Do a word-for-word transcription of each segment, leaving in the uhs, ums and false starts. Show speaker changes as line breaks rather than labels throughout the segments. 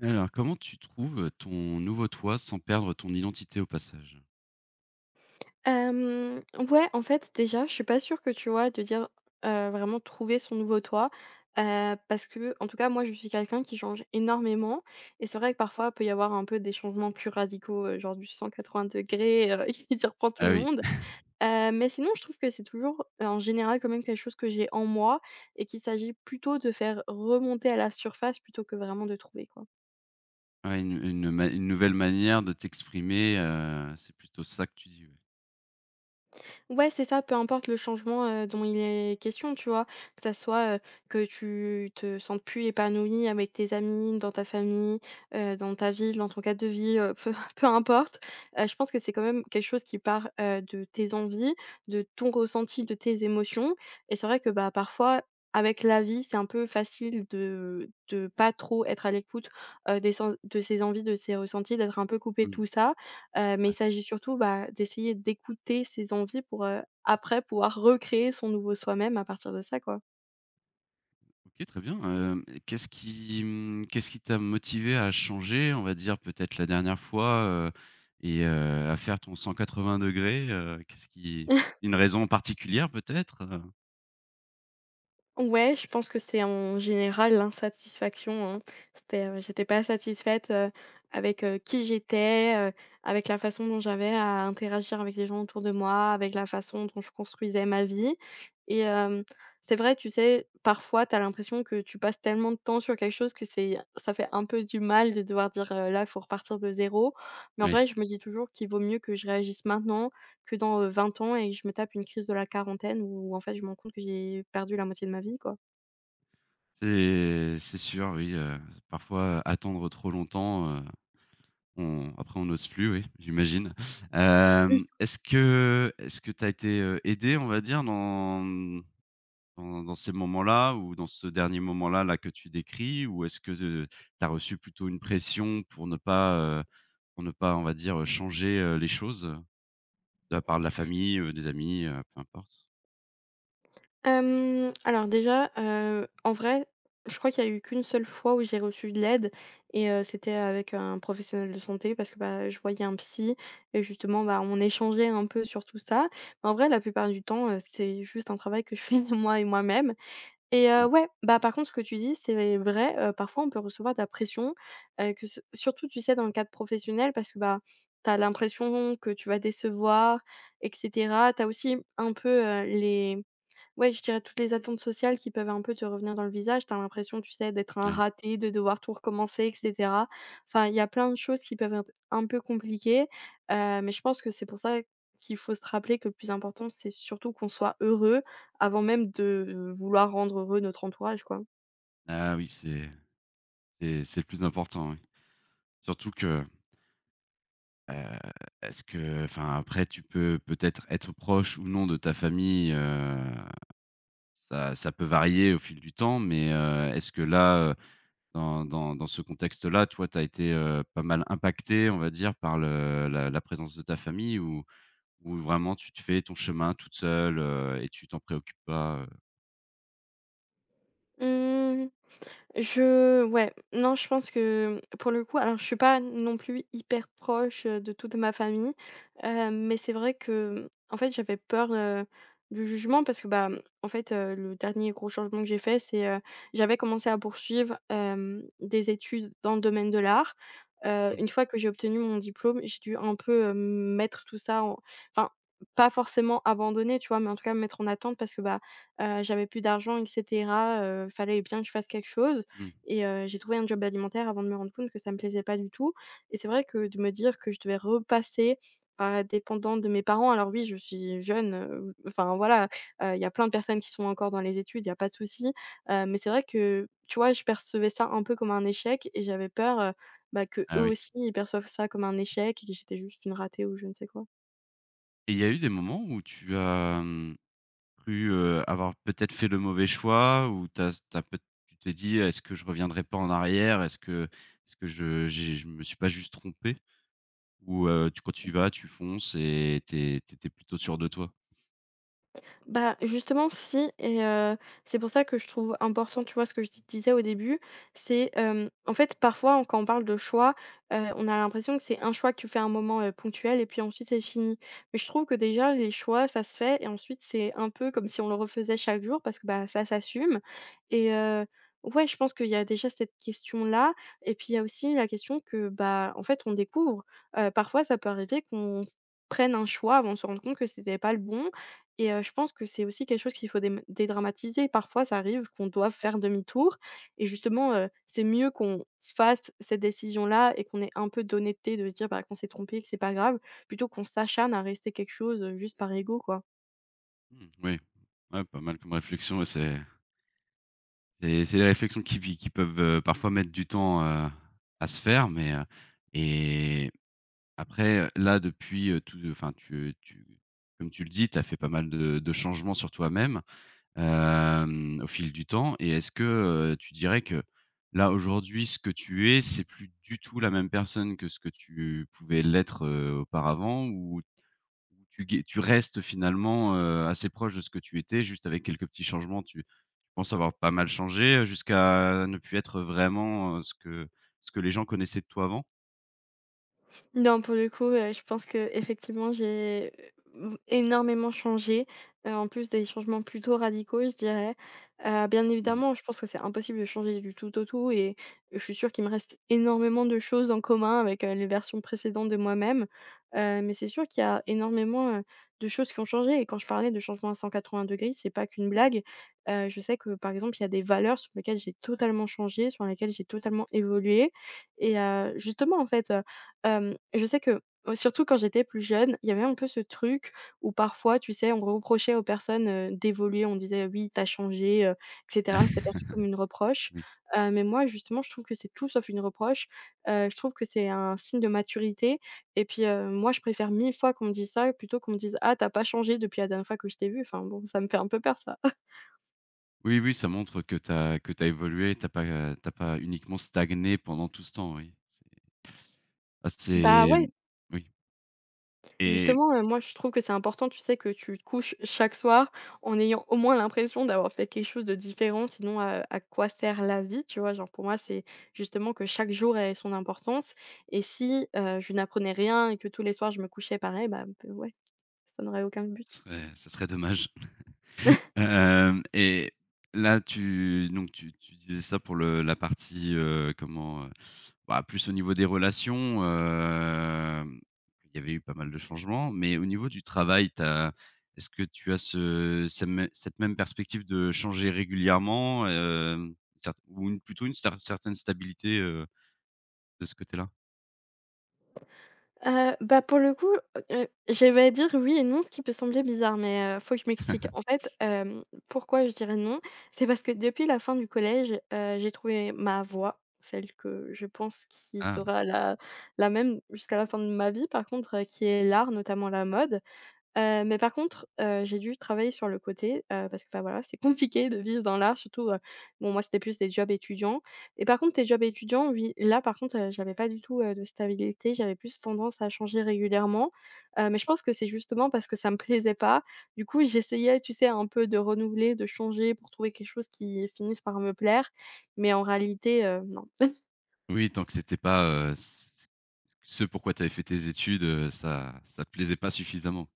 Alors, comment tu trouves ton nouveau toi sans perdre ton identité au passage?
Hem, ouais, en fait, déjà, je suis pas sûre que, tu vois, de dire, heu, vraiment trouver son nouveau toi, heu, parce que, en tout cas, moi, je suis quelqu'un qui change énormément et c'est vrai que parfois, il peut y avoir un peu des changements plus radicaux, heu, genre du cent quatre-vingts degrés° heu, qui surprend tout
Ah
le
oui,
monde, heu, mais sinon, je trouve que c'est toujours, heu, en général, quand même quelque chose que j'ai en moi et qu'il s'agit plutôt de faire remonter à la surface plutôt que vraiment de trouver, quoi.
ouais, une une ma une nouvelle manière de t'exprimer, heu, c'est plutôt ça que tu dis, ouais.
Ouais, c'est ça, peu importe le changement, heu, dont il est question, tu vois? Que ça soit, heu, que tu te sentes plus épanoui avec tes amis, dans ta famille, heu, dans ta ville, dans ton cadre de vie, heu, peu peu importe. Heu, je pense que c'est quand même quelque chose qui part, heu, de tes envies, de ton ressenti, de tes émotions et c'est vrai que, bah, parfois, avec la vie, c'est un peu facile de de pas trop être à l'écoute, heu, des sens de ses envies, de ses ressentis, d'être un peu coupé de
Mmh.
tout ça. Heu, mais il s'agit surtout, bah, d'essayer d'écouter ses envies pour, heu, après pouvoir recréer son nouveau soi-même à partir de ça, quoi.
OK, très bien, hem, qu'est-ce qui, mmh, qu'est-ce qui t'a motivé à changer, on va dire, peut-être la dernière fois, heu, et heu, à faire ton cent quatre-vingts°, heu, qu'est-ce qui une raison particulière peut-être, heu?
Ouais, je pense que c'est en général l'insatisfaction, hein. C'était, heu, j'étais pas satisfaite, heu, avec, heu, qui j'étais, heu, avec la façon dont j'avais à interagir avec les gens autour de moi, avec la façon dont je construisais ma vie et hem, c'est vrai, tu sais, parfois, tu as l'impression que tu passes tellement de temps sur quelque chose que c'est ça fait un peu du mal de devoir dire, heu: «Là, il faut repartir de zéro.» Mais en
Oui,
vrai, je me dis toujours qu'il vaut mieux que je réagisse maintenant que dans, heu, 20 ans et que je me tape une crise de la quarantaine où en fait, je me rends compte que j'ai perdu la moitié de ma vie, quoi.
c'est c'est sûr, oui, heu, parfois attendre trop longtemps, euh, on après on n'ose plus, oui, j'imagine.
Oui.
Hem, est-ce que est-ce que tu as été, heu, aidé, on va dire, dans, mmh, dans dans ces moments-là ou dans ce dernier moment-là, là, que tu décris? Ou est-ce que ze tu as reçu plutôt une pression pour ne pas, heu, pour ne pas, on va dire, heu, changer, heu, les choses, heu, de la part de la famille, heu, des amis, heu, peu importe?
Hem, alors déjà, heu, en vrai, je crois qu'il y a eu qu'une seule fois où j'ai reçu de l'aide et heu, c'était avec un professionnel de santé parce que, bah, je voyais un psy et justement, bah, on échangeait un peu sur tout ça. Mais En vrai, la plupart du temps, heu, c'est juste un travail que je fais moi et moi-même. Et heu,
Mmh,
ouais, bah, par contre, ce que tu dis, c'est vrai, heu, parfois on peut recevoir de la pression, heu, que ce surtout, tu sais, dans le cadre professionnel parce que, bah, tu as l'impression que tu vas décevoir et cetera. Tu as aussi un peu, heu, les ouais, je dirais toutes les attentes sociales qui peuvent un peu te revenir dans le visage. T'as l'impression, tu sais, d'être un
ouais.
raté, de devoir tout recommencer, et cetera. Enfin, il y a plein de choses qui peuvent être un peu compliquées, heu, mais je pense que c'est pour ça qu'il faut se rappeler que le plus important, c'est surtout qu'on soit heureux avant même de euh, vouloir rendre heureux notre entourage, quoi.
Ah oui, c'est c'est c'est le plus important, oui. Surtout que Heu, est-ce que enfin, après tu peux peut-être être proche ou non de ta famille, heu, ça ça peut varier au fil du temps, mais heu, est-ce que là, heu, dans dans dans ce contexte-là, toi, tu as été, heu, pas mal impactée, on va dire, par le la la présence de ta famille ou ou vraiment tu te fais ton chemin toute seule, heu, et tu t'en préoccupes pas, heu?
Hmm, Je Ouais, non, je pense que pour le coup, alors je suis pas non plus hyper proche, heu, de toute ma famille, heu, mais c'est vrai que, en fait, j'avais peur, heu, du jugement parce que, bah, en fait, heu, le dernier gros changement que j'ai fait, c'est, heu, j'avais commencé à poursuivre, hem, des études dans le domaine de l'art. Heu,
Mmh
une fois que j'ai obtenu mon diplôme, j'ai dû un peu, heu, mettre tout ça en enfin, pas forcément abandonner, tu vois? Mais en tout cas, me mettre en attente parce que, bah, heu, j'avais plus d'argent et cetera, heu, fallait bien que je fasse quelque chose
mh.
et heu, j'ai trouvé un job alimentaire avant de me rendre compte que ça me plaisait pas du tout et c'est vrai que de me dire que je devais repasser par être dépendante de mes parents, alors oui, je suis jeune, heu, enfin voilà, heu, il y a plein de personnes qui sont encore dans les études, il y a pas de souci, heu, mais c'est vrai que, tu vois, je percevais ça un peu comme un échec et j'avais peur, heu, bah, qu'eux
Ah oui.
aussi, ils perçoivent ça comme un échec et que j'étais juste une ratée ou je ne sais quoi.
Et il y a eu des moments où tu as, mmh cru, heu, avoir peut-être fait le mauvais choix ou t'as t'as peut tu t'es dit: «Est-ce que je reviendrai pas en arrière? Est-ce que est-ce que je j'ai je me suis pas juste trompé?» ou heu, tu quand tu y vas, tu fonces et t'es es plutôt sûr de toi?
Bah, justement, si et heu, c'est pour ça que je trouve important, tu vois, ce que je te disais au début, c'est, hem, en fait, parfois, on quand on parle de choix, heu, on a l'impression que c'est un choix que tu fais à un moment, heu, ponctuel et puis ensuite c'est fini. Mais je trouve que déjà les choix, ça se fait et ensuite c'est un peu comme si on le refaisait chaque jour parce que, bah, ça s'assume et heu, ouais, je pense qu'il y a déjà cette question-là et puis il y a aussi la question que, bah, en fait, on découvre. Heu, parfois, ça peut arriver qu'on s prenne un choix avant de se rendre compte que c'était pas le bon et heu, je pense que c'est aussi quelque chose qu'il faut dém dédramatiser. Parfois, ça arrive qu'on doit faire demi-tour et justement, heu, c'est mieux qu'on fasse cette décision-là et qu'on ait un peu d'honnêteté de se dire, bah, qu'on s'est trompé, que c'est pas grave, plutôt qu'on s'acharne à rester quelque chose, heu, juste par ego, quoi.
Mmh, oui. Ouais, pas mal comme réflexion, ouais, c'est c'est c'est des réflexions qui pi qui peuvent, heu, parfois mettre du temps, heu, à se faire, mais heu et après, là, depuis, heu, tout enfin, tu tu comme tu le dis, tu as fait pas mal de de changements sur toi-même. Hem, au fil du temps et est-ce que, heu, tu dirais que là, aujourd'hui, ce que tu es, c'est plus du tout la même personne que ce que tu pouvais l'être, heu, auparavant ou ou tu gai tu restes finalement, heu, assez proche de ce que tu étais juste avec quelques petits changements? Tu penses avoir pas mal changé, heu, jusqu'à ne plus être vraiment, heu, ce que ce que les gens connaissaient de toi avant?
Non, pour le coup, heu, je pense que effectivement j'ai, heu, énormément changé, heu, en plus des changements plutôt radicaux, je dirais. Heu, bien
Mmh.
évidemment, je pense que c'est impossible de changer du tout au tout et je suis sûre qu'il me reste énormément de choses en commun avec, heu, les versions précédentes de moi-même. Heu, mais c'est sûr qu'il y a énormément, heu, de choses qui ont changé et quand je parlais de changement à cent quatre-vingts degrés, c'est pas qu'une blague. Heu, je sais que, par exemple, il y a des valeurs sur lesquelles j'ai totalement changé, sur lesquelles j'ai totalement évolué et heu, justement, en fait, euh, Hem, je sais que, heu, surtout quand j'étais plus jeune, il y avait un peu ce truc où parfois, tu sais, on reprochait aux personnes, heu, d'évoluer. On disait: «Oui, t'as changé», heu et cetera. C'était perçu comme une reproche.
Oui.
Heu, mais moi, justement, je trouve que c'est tout sauf une reproche. Heu, je trouve que c'est un signe de maturité et puis, heu, moi, je préfère mille fois qu'on me dise ça plutôt qu'on me dise: «Ah, t'as pas changé depuis la dernière fois que je t'ai vu». Enfin bon, ça me fait un peu peur ça.
Oui, oui, ça montre que tu as que tu évolué, tu as pas, t'as pas uniquement stagné pendant tout ce temps, oui. Ah
Bah
c'est
ouais.
mmh, oui et
Justement, heu, moi, je trouve que c'est important, tu sais, que tu te couches chaque soir en ayant au moins l'impression d'avoir fait quelque chose de différent, sinon, heu, à quoi sert la vie, tu vois? Genre, pour moi, c'est justement que chaque jour ait son importance et si, heu, je n'apprenais rien et que tous les soirs je me couchais pareil, bah, ouais, ça n'aurait aucun
ce
but.
serait ce serait dommage. Hem et là tu donc tu tu disais ça pour le la partie, heu, comment, heu, bah, plus au niveau des relations, hem, il y avait eu pas mal de changements, mais au niveau du travail, t'as est-ce que tu as ce cette mê cette même perspective de changer régulièrement, hem, cert ou une plutôt une cer certaine stabilité, heu, de ce côté-là?
Heu, bah, pour le coup, heu, je dire oui et non, ce qui peut sembler bizarre, mais heu, faut que je m'explique. En fait, hem, pourquoi je dirais non? C'est parce que depuis la fin du collège, heu, j'ai trouvé ma voie, celle que je pense qui
Ah
sera la la même jusqu'à la fin de ma vie, par contre, heu, qui est l'art, notamment la mode. Heu, mais par contre, heu, j'ai dû travailler sur le côté, heu, parce que, bah, voilà, c'est compliqué de vivre dans l'art, surtout, heu, bon, moi, c'était plus des jobs étudiants et par contre, tes jobs étudiants, oui, là, par contre, heu, j'avais pas du tout, heu, de stabilité, j'avais plus tendance à changer régulièrement, heu, mais je pense que c'est justement parce que ça me plaisait pas. Du coup, j'essayais, tu sais, un peu de renouveler, de changer pour trouver quelque chose qui finisse par me plaire, mais en réalité, heu, non.
oui, tant que c'était pas, heu, ce pourquoi tu avais fait tes études, heu, ça ça te plaisait pas suffisamment?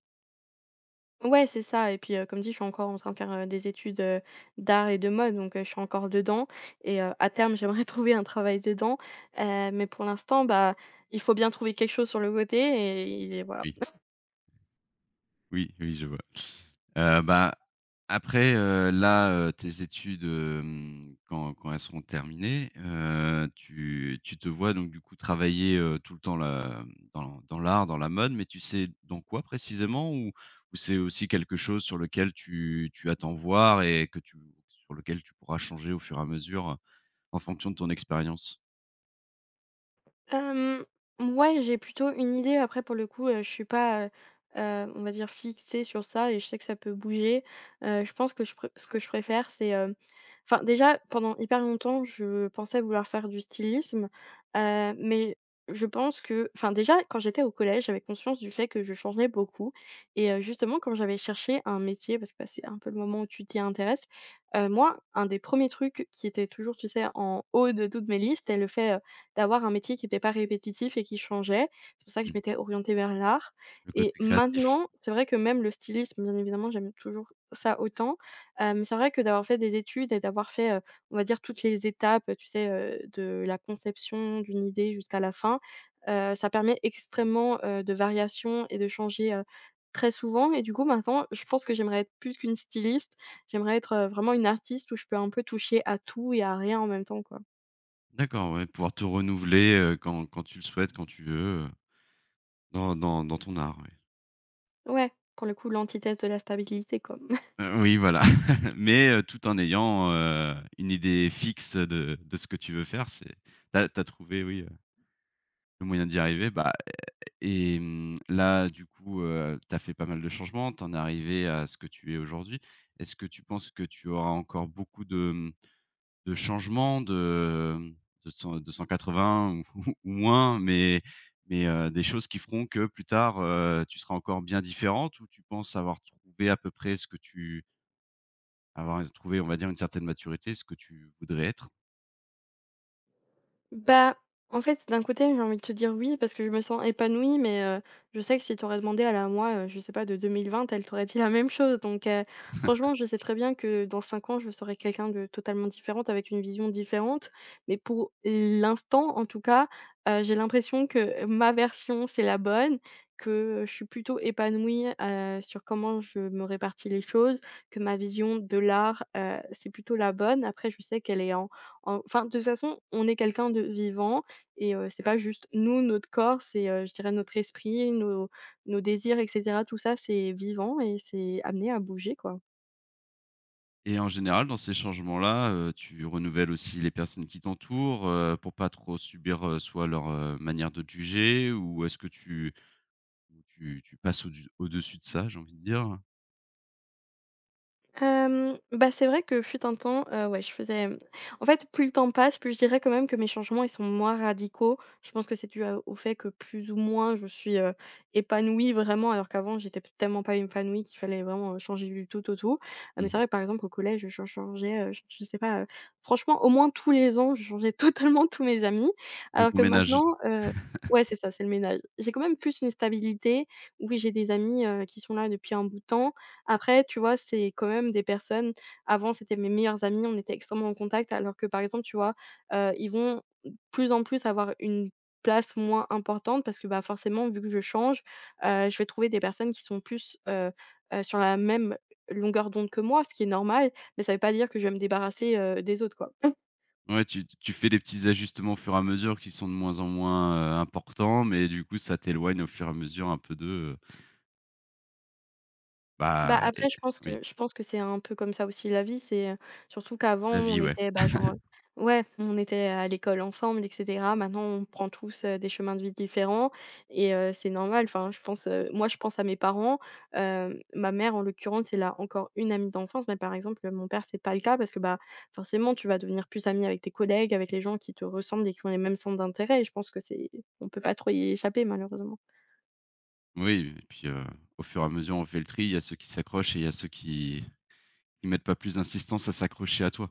Ouais, c'est ça et puis, heu, comme dit, je suis encore en train de faire, heu, des études, heu, d'art et de mode donc, heu, je suis encore dedans et heu, à terme, j'aimerais trouver un travail dedans, heu, mais pour l'instant, bah, il faut bien trouver quelque chose sur le côté et et voilà.
Oui, oui, oui, je vois. Heu, bah, après, heu, là, heu, tes études, hem, quand quand elles seront terminées, heu, tu tu te vois donc du coup travailler, heu, tout le temps là, hem, dans dans l'art, dans la mode, mais tu sais dans quoi précisément? Ou ou c'est aussi quelque chose sur lequel tu tu attends voir et que tu sur lequel tu pourras changer au fur et à mesure, en fonction de ton expérience?
Hem, ouais, j'ai plutôt une idée. Après, pour le coup, heu, je suis pas, heu heu, on va dire fixée sur ça et je sais que ça peut bouger. Heu, je pense que je pré ce que je préfère, c'est, hem enfin, déjà, pendant hyper longtemps, je pensais vouloir faire du stylisme, heu, mais je pense que enfin, déjà, quand j'étais au collège, j'avais conscience du fait que je changeais beaucoup et heu, justement, quand j'avais cherché un métier, parce que, bah, c'est un peu le moment où tu t'y intéresses, heu, moi, un des premiers trucs qui était toujours, tu sais, en haut de toutes mes listes, c'était le fait, d'avoir un métier qui était pas répétitif et qui changeait. C'est pour ça que je
Mmh.
m'étais orientée vers l'art
Le
et
côté créatif.
maintenant, c'est vrai que même le stylisme, bien évidemment, j'aime toujours ça autant, heu, mais c'est vrai que d'avoir fait des études et d'avoir fait, heu, on va dire toutes les étapes, tu sais, heu, de la conception d'une idée jusqu'à la fin, heu, ça permet
Mmh.
extrêmement, heu, de variations et de changer, heu, très souvent et du coup maintenant, je pense que j'aimerais être plus qu'une styliste, j'aimerais être, heu, vraiment une artiste où je peux un peu toucher à tout et à rien en même temps, quoi.
D'accord, ouais, pouvoir te renouveler, heu, quand quand tu le souhaites, quand tu veux, heu, dans dans dans ton art, ouais.
Ouais, pour le coup, l'antithèse de la stabilité, quoi.
Heu, oui, voilà, mais heu, tout en ayant, heu, une idée fixe de de ce que tu veux faire, c'est t'as as trouvé, oui, heu, le moyen d'y arriver, bah et mmh, là, du coup, heu, tu fait pas mal de changements, t'en es arrivé à ce que tu es aujourd'hui. Est-ce que tu penses que tu auras encore beaucoup de, mmh de changement de de cent de cent quatre-vingts ou ou moins, mais mais, heu, des choses qui feront que plus tard, heu, tu seras encore bien différente ou tu penses avoir trouvé à peu près ce que tu avoir trouvé, on va dire, une certaine maturité, ce que tu voudrais être?
Bah, en fait, d'un côté, j'ai envie de te dire oui, parce que je me sens épanouie, mais heu, je sais que si tu aurais demandé à la moi, heu, je sais pas, de deux mille vingt, elle t'aurait dit la même chose. Donc heu, franchement, je sais très bien que dans cinq ans, je serai quelqu'un de totalement différente, avec une vision différente. Mais pour l'instant, en tout cas, heu, j'ai l'impression que ma version, c'est la bonne, que je suis plutôt épanouie, heu, sur comment je me répartis les choses, que ma vision de l'art, heu, c'est plutôt la bonne. Après, je sais qu'elle est en en enfin, de toute façon, on est quelqu'un de vivant et heu, c'est pas juste nous, notre corps, c'est, heu, je dirais notre esprit, nos nos désirs et cetera, tout ça, c'est vivant et c'est amené à bouger, quoi.
Et en général, dans ces changements-là, heu, tu renouvelles aussi les personnes qui t'entourent, heu, pour pas trop subir, heu, soit leur, heu, manière de te juger ou est-ce que tu tu tu passes au au-dessus de ça, j'ai envie de dire?
Hem, bah, c'est vrai que fut un temps, heu, ouais, je faisais, en fait, plus le temps passe, plus je dirais quand même que mes changements, ils sont moins radicaux. Je pense que c'est dû à au fait que plus ou moins je suis, heu, épanouie vraiment, alors qu'avant j'étais tellement pas épanouie qu'il fallait vraiment, heu, changer du tout au tout. Heu, mais c'est
Mmh.
vrai, par exemple, au collège, je changeais, heu, j je sais pas, heu, franchement, au moins tous les ans, je changeais totalement tous mes amis.
Le
Alors
gros
que
ménage.
maintenant, heu ouais, c'est ça, c'est le ménage. J'ai quand même plus une stabilité. Oui, j'ai des amis, heu, qui sont là depuis un bout de temps, après, tu vois, c'est quand même des personnes avant, c'était mes meilleurs amis, on était extrêmement en contact, alors que, par exemple, tu vois, heu, ils vont plus en plus avoir une place moins importante parce que, bah, forcément, vu que je change, heu, je vais trouver des personnes qui sont plus, heu heu, sur la même longueur d'onde que moi, ce qui est normal, mais ça veut pas dire que je vais me débarrasser, heu, des autres, quoi.
Ouais, tu tu fais des petits ajustements au fur et à mesure qui sont de moins en moins, heu, importants, mais du coup, ça t'éloigne au fur et à mesure un peu de, heu,
Bah,
bah et
après je pense
oui,
que je pense que c'est un peu comme ça aussi la vie, c'est, heu, surtout qu'avant
la
on
vie, ouais.
était, bah, genre, heu, ouais, on était à l'école ensemble et cetera. Maintenant on prend tous, heu, des chemins de vie différents et heu, c'est normal. Enfin, je pense, heu, moi je pense à mes parents, heu, ma mère en l'occurrence, elle a encore une amie d'enfance, mais par exemple, mon père, c'est pas le cas parce que, bah, forcément tu vas devenir plus ami avec tes collègues, avec les gens qui te ressemblent et qui ont les mêmes centres d'intérêt et je pense que c'est on peut pas trop y échapper malheureusement.
Oui et puis, heu, au fur et à mesure, on fait le tri. Il y a ceux qui s'accrochent et il y a ceux qui qui mettent pas plus d'insistance à s'accrocher à toi.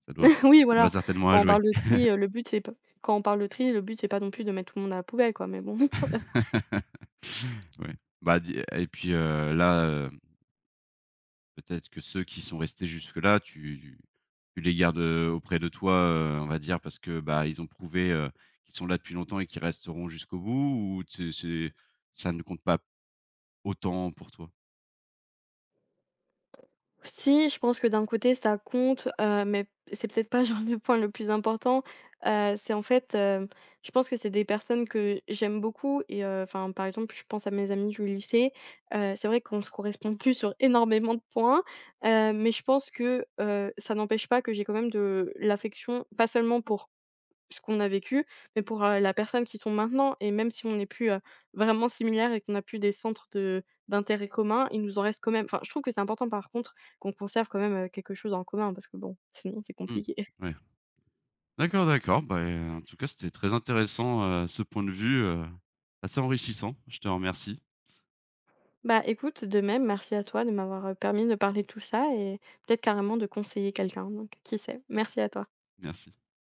Ça doit
Oui,
ça doit
voilà,
certainement à
quand on
jouer.
parle de tri, heu, le but c'est pas. Quand on parle de tri, le but c'est pas non plus de mettre tout le monde à la poubelle quoi, mais bon.
Ouais. Bah, dis et puis, heu, là, heu peut-être que ceux qui sont restés jusque-là, tu tu les gardes, heu, auprès de toi, heu, on va dire parce que, bah, ils ont prouvé, heu, qu'ils sont là depuis longtemps et qu'ils resteront jusqu'au bout ou tu c'est ça ne compte pas autant pour toi?
Si, je pense que d'un côté ça compte, heu, mais c'est peut-être pas genre le point le plus important, heu, c'est en fait, heu, je pense que c'est des personnes que j'aime beaucoup et enfin, par exemple, je pense à mes amis du lycée, heu, c'est vrai qu'on se correspond plus sur énormément de points, heu, mais je pense que, heu, ça n'empêche pas que j'ai quand même de l'affection, pas seulement pour ce qu'on a vécu, mais pour, heu, la personne qui sont maintenant et même si on n'est plus, heu, vraiment similaires et qu'on n'a plus des centres de d'intérêt commun, il nous en reste quand même enfin, je trouve que c'est important par contre qu'on conserve quand même, heu, quelque chose en commun parce que bon, sinon c'est
Mmh.
compliqué.
Ouais. D'accord, d'accord. Bah, heu, en tout cas, c'était très intéressant, heu, ce point de vue, heu, assez enrichissant. Je te remercie.
Bah, écoute, de même, merci à toi de m'avoir, heu, permis de parler de tout ça et peut-être carrément de conseiller quelqu'un donc qui sait? Merci à toi.
Merci.